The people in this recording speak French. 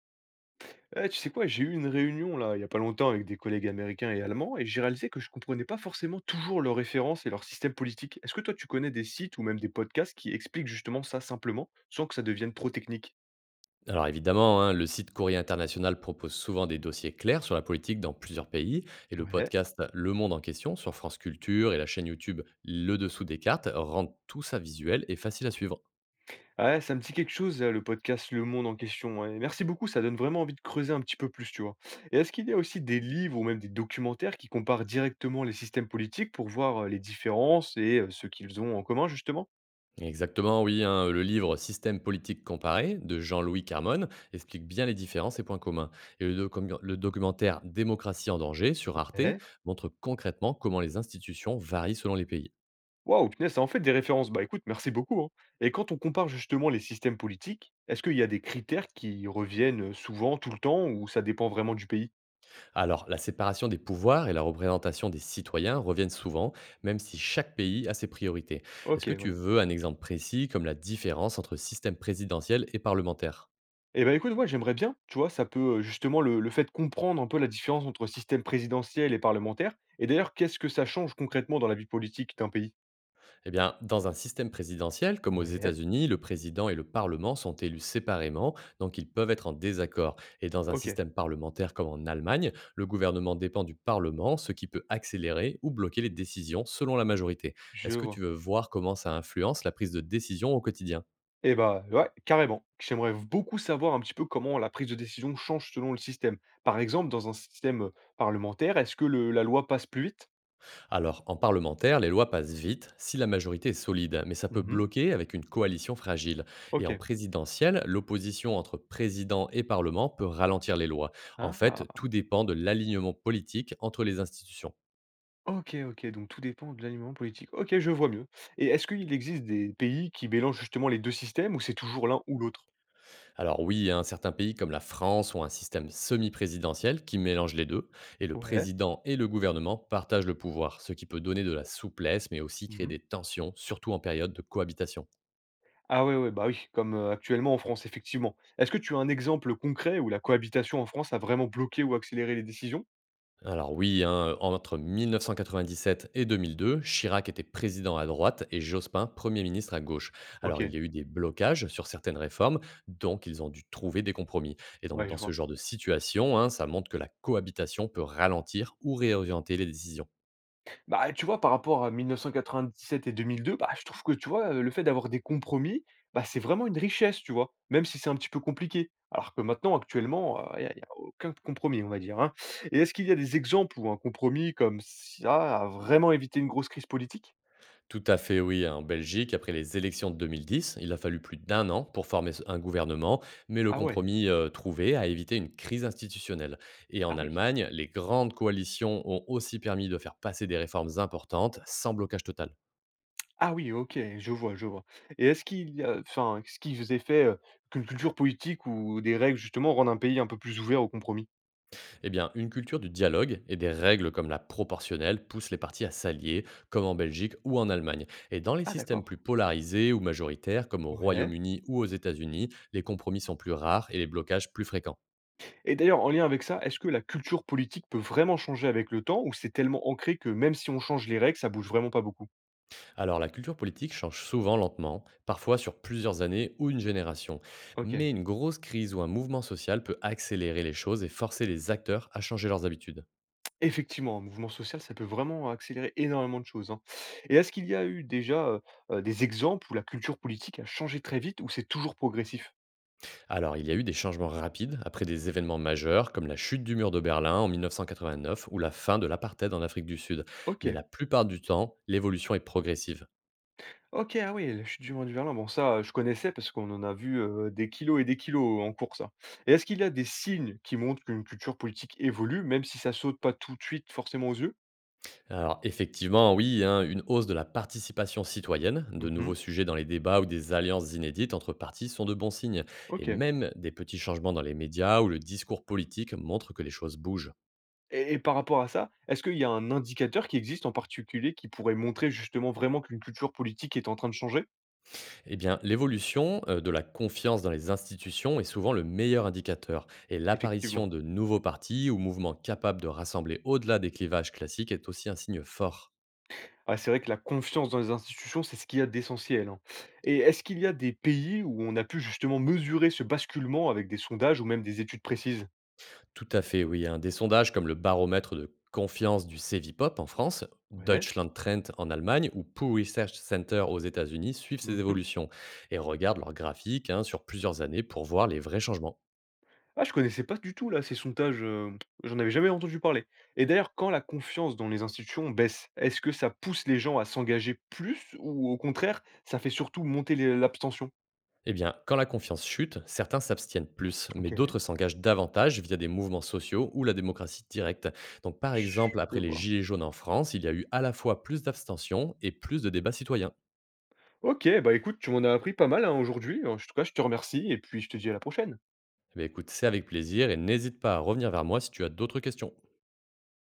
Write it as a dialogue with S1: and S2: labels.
S1: Eh, tu sais quoi? J'ai eu une réunion là, il y a pas longtemps avec des collègues américains et allemands et j'ai réalisé que je comprenais pas forcément toujours leurs références et leur système politique. Est-ce que toi tu connais des sites ou même des podcasts qui expliquent justement ça simplement, sans que ça devienne trop technique?
S2: Alors évidemment, hein, le site Courrier International propose souvent des dossiers clairs sur la politique dans plusieurs pays, et le
S1: Ouais.
S2: podcast Le Monde en question sur France Culture et la chaîne YouTube Le Dessous des cartes rendent tout ça visuel et facile à suivre.
S1: Ouais, ça me dit quelque chose, là, le podcast Le Monde en question. Ouais. Merci beaucoup, ça donne vraiment envie de creuser un petit peu plus, tu vois. Et est-ce qu'il y a aussi des livres ou même des documentaires qui comparent directement les systèmes politiques pour voir les différences et ce qu'ils ont en commun, justement?
S2: Exactement, oui, hein, le livre Système politique comparé de Jean-Louis Carmon explique bien les différences et points communs. Et le documentaire Démocratie en danger sur Arte
S1: Ouais.
S2: montre concrètement comment les institutions varient selon les pays.
S1: Waouh, punaise, ça en fait des références. Bah, écoute, merci beaucoup, hein. Et quand on compare justement les systèmes politiques, est-ce qu'il y a des critères qui reviennent souvent, tout le temps, ou ça dépend vraiment du pays?
S2: Alors, la séparation des pouvoirs et la représentation des citoyens reviennent souvent, même si chaque pays a ses priorités. Est-ce
S1: Ok,
S2: que tu
S1: ouais.
S2: veux un exemple précis comme la différence entre système présidentiel et parlementaire?
S1: Eh ben écoute, moi j'aimerais bien, tu vois, ça peut justement le fait de comprendre un peu la différence entre système présidentiel et parlementaire. Et d'ailleurs, qu'est-ce que ça change concrètement dans la vie politique d'un pays?
S2: Eh bien, dans un système présidentiel, comme aux
S1: Ouais,
S2: États-Unis, le président et le Parlement sont élus séparément, donc ils peuvent être en désaccord. Et dans un
S1: ok,
S2: système parlementaire comme en Allemagne, le gouvernement dépend du Parlement, ce qui peut accélérer ou bloquer les décisions selon la majorité.
S1: je
S2: Est-ce que tu
S1: vois.
S2: veux voir comment ça influence la prise de décision au quotidien?
S1: Eh ben ouais, carrément. J'aimerais beaucoup savoir un petit peu comment la prise de décision change selon le système. Par exemple, dans un système parlementaire, est-ce que la loi passe plus vite?
S2: Alors, en parlementaire, les lois passent vite si la majorité est solide, mais ça peut
S1: Mmh.
S2: bloquer avec une coalition fragile. Et en
S1: OK.
S2: présidentielle, l'opposition entre président et parlement peut ralentir les lois. En fait,
S1: Ah!
S2: tout dépend de l'alignement politique entre les institutions.
S1: OK, OK, donc tout dépend de l'alignement politique. OK, je vois mieux et est-ce qu'il existe des pays qui mélangent justement les 2 systèmes ou c'est toujours l'un ou l'autre?
S2: Alors oui, hein, certains pays comme la France ont un système semi-présidentiel qui mélange les deux, et le
S1: Ouais.
S2: président et le gouvernement partagent le pouvoir, ce qui peut donner de la souplesse, mais aussi créer
S1: Mmh.
S2: des tensions, surtout en période de cohabitation.
S1: Ah ouais, ouais, bah oui, comme, actuellement en France, effectivement. Est-ce que tu as un exemple concret où la cohabitation en France a vraiment bloqué ou accéléré les décisions?
S2: Alors oui, hein, entre 1997 et 2002, Chirac était président à droite et Jospin Premier ministre à gauche. Alors il
S1: OK,
S2: y a eu des blocages sur certaines réformes, donc ils ont dû trouver des compromis. Et donc
S1: ouais, je
S2: dans ce
S1: vois.
S2: genre de situation, hein, ça montre que la cohabitation peut ralentir ou réorienter les décisions.
S1: Bah, tu vois, par rapport à 1997 et 2002, bah, je trouve que, tu vois, le fait d'avoir des compromis, bah, c'est vraiment une richesse, tu vois? Même si c'est un petit peu compliqué. Alors que maintenant, actuellement, il y a aucun compromis, on va dire, hein. Et est-ce qu'il y a des exemples où un compromis comme ça a vraiment évité une grosse crise politique?
S2: Tout à fait, oui. En Belgique, après les élections de 2010, il a fallu plus d'un an pour former un gouvernement, mais le
S1: Ah ouais,
S2: compromis trouvé a évité une crise institutionnelle. Et
S1: ah
S2: en
S1: oui,
S2: Allemagne, les grandes coalitions ont aussi permis de faire passer des réformes importantes sans blocage total.
S1: ah oui, OK, je vois, je vois. Et est-ce qu'il y a enfin, qu'est-ce qui faisait fait, qu'une culture politique ou des règles justement rendent un pays un peu plus ouvert aux compromis?
S2: Eh bien, une culture du dialogue et des règles comme la proportionnelle poussent les partis à s'allier, comme en Belgique ou en Allemagne. Et dans les
S1: Ah
S2: systèmes
S1: d'accord,
S2: plus polarisés ou majoritaires, comme au
S1: ouais.
S2: Royaume-Uni ou aux États-Unis, les compromis sont plus rares et les blocages plus fréquents.
S1: Et d'ailleurs, en lien avec ça, est-ce que la culture politique peut vraiment changer avec le temps ou c'est tellement ancré que même si on change les règles, ça bouge vraiment pas beaucoup?
S2: Alors la culture politique change souvent lentement, parfois sur plusieurs années ou une génération.
S1: Ok.
S2: Mais une grosse crise ou un mouvement social peut accélérer les choses et forcer les acteurs à changer leurs habitudes.
S1: Effectivement, un mouvement social, ça peut vraiment accélérer énormément de choses, hein. Et est-ce qu'il y a eu déjà des exemples où la culture politique a changé très vite ou c'est toujours progressif?
S2: Alors il y a eu des changements rapides après des événements majeurs comme la chute du mur de Berlin en 1989 ou la fin de l'apartheid en Afrique du Sud.
S1: Ok,
S2: Mais la plupart du temps, l'évolution est progressive.
S1: ok, ah oui, la chute du mont du Berlin, bon ça je connaissais parce qu'on en a vu des kilos et des kilos en cours ça. Et est-ce qu'il y a des signes qui montrent qu'une culture politique évolue, même si ça saute pas tout de suite forcément aux yeux?
S2: Alors effectivement, oui, hein, une hausse de la participation citoyenne, de
S1: Mhm.
S2: nouveaux sujets dans les débats ou des alliances inédites entre partis sont de bons signes. Et
S1: Ok.
S2: même des petits changements dans les médias ou le discours politique montrent que les choses bougent.
S1: Et par rapport à ça, est-ce qu'il y a un indicateur qui existe en particulier qui pourrait montrer justement vraiment qu'une culture politique est en train de changer?
S2: Eh bien, l'évolution de la confiance dans les institutions est souvent le meilleur indicateur. Et l'apparition
S1: Effectivement.
S2: de nouveaux partis ou mouvements capables de rassembler au-delà des clivages classiques est aussi un signe fort.
S1: Ah, c'est vrai que la confiance dans les institutions, c'est ce qu'il y a d'essentiel, hein. Et est-ce qu'il y a des pays où on a pu justement mesurer ce basculement avec des sondages ou même des études précises?
S2: Tout à fait, oui, hein. Des sondages comme le baromètre de confiance du Cevipop en France,
S1: Ouais.
S2: Deutschland Trend en Allemagne ou Pew Research Center aux États-Unis suivent ces
S1: Mmh.
S2: évolutions et regardent leurs graphiques, hein, sur plusieurs années pour voir les vrais changements.
S1: Ah, je connaissais pas du tout là ces sondages, j'en avais jamais entendu parler. Et d'ailleurs, quand la confiance dans les institutions baisse, est-ce que ça pousse les gens à s'engager plus ou au contraire, ça fait surtout monter les l'abstention?
S2: Eh bien, quand la confiance chute, certains s'abstiennent plus, mais
S1: OK.
S2: d'autres s'engagent davantage via des mouvements sociaux ou la démocratie directe. Donc, par exemple,
S1: Je
S2: après les
S1: vois.
S2: Gilets jaunes en France, il y a eu à la fois plus d'abstention et plus de débats citoyens.
S1: OK, bah écoute, tu m'en as appris pas mal, hein, aujourd'hui. En tout cas, je te remercie et puis je te dis à la prochaine.
S2: Eh bien, écoute, c'est avec plaisir et n'hésite pas à revenir vers moi si tu as d'autres questions.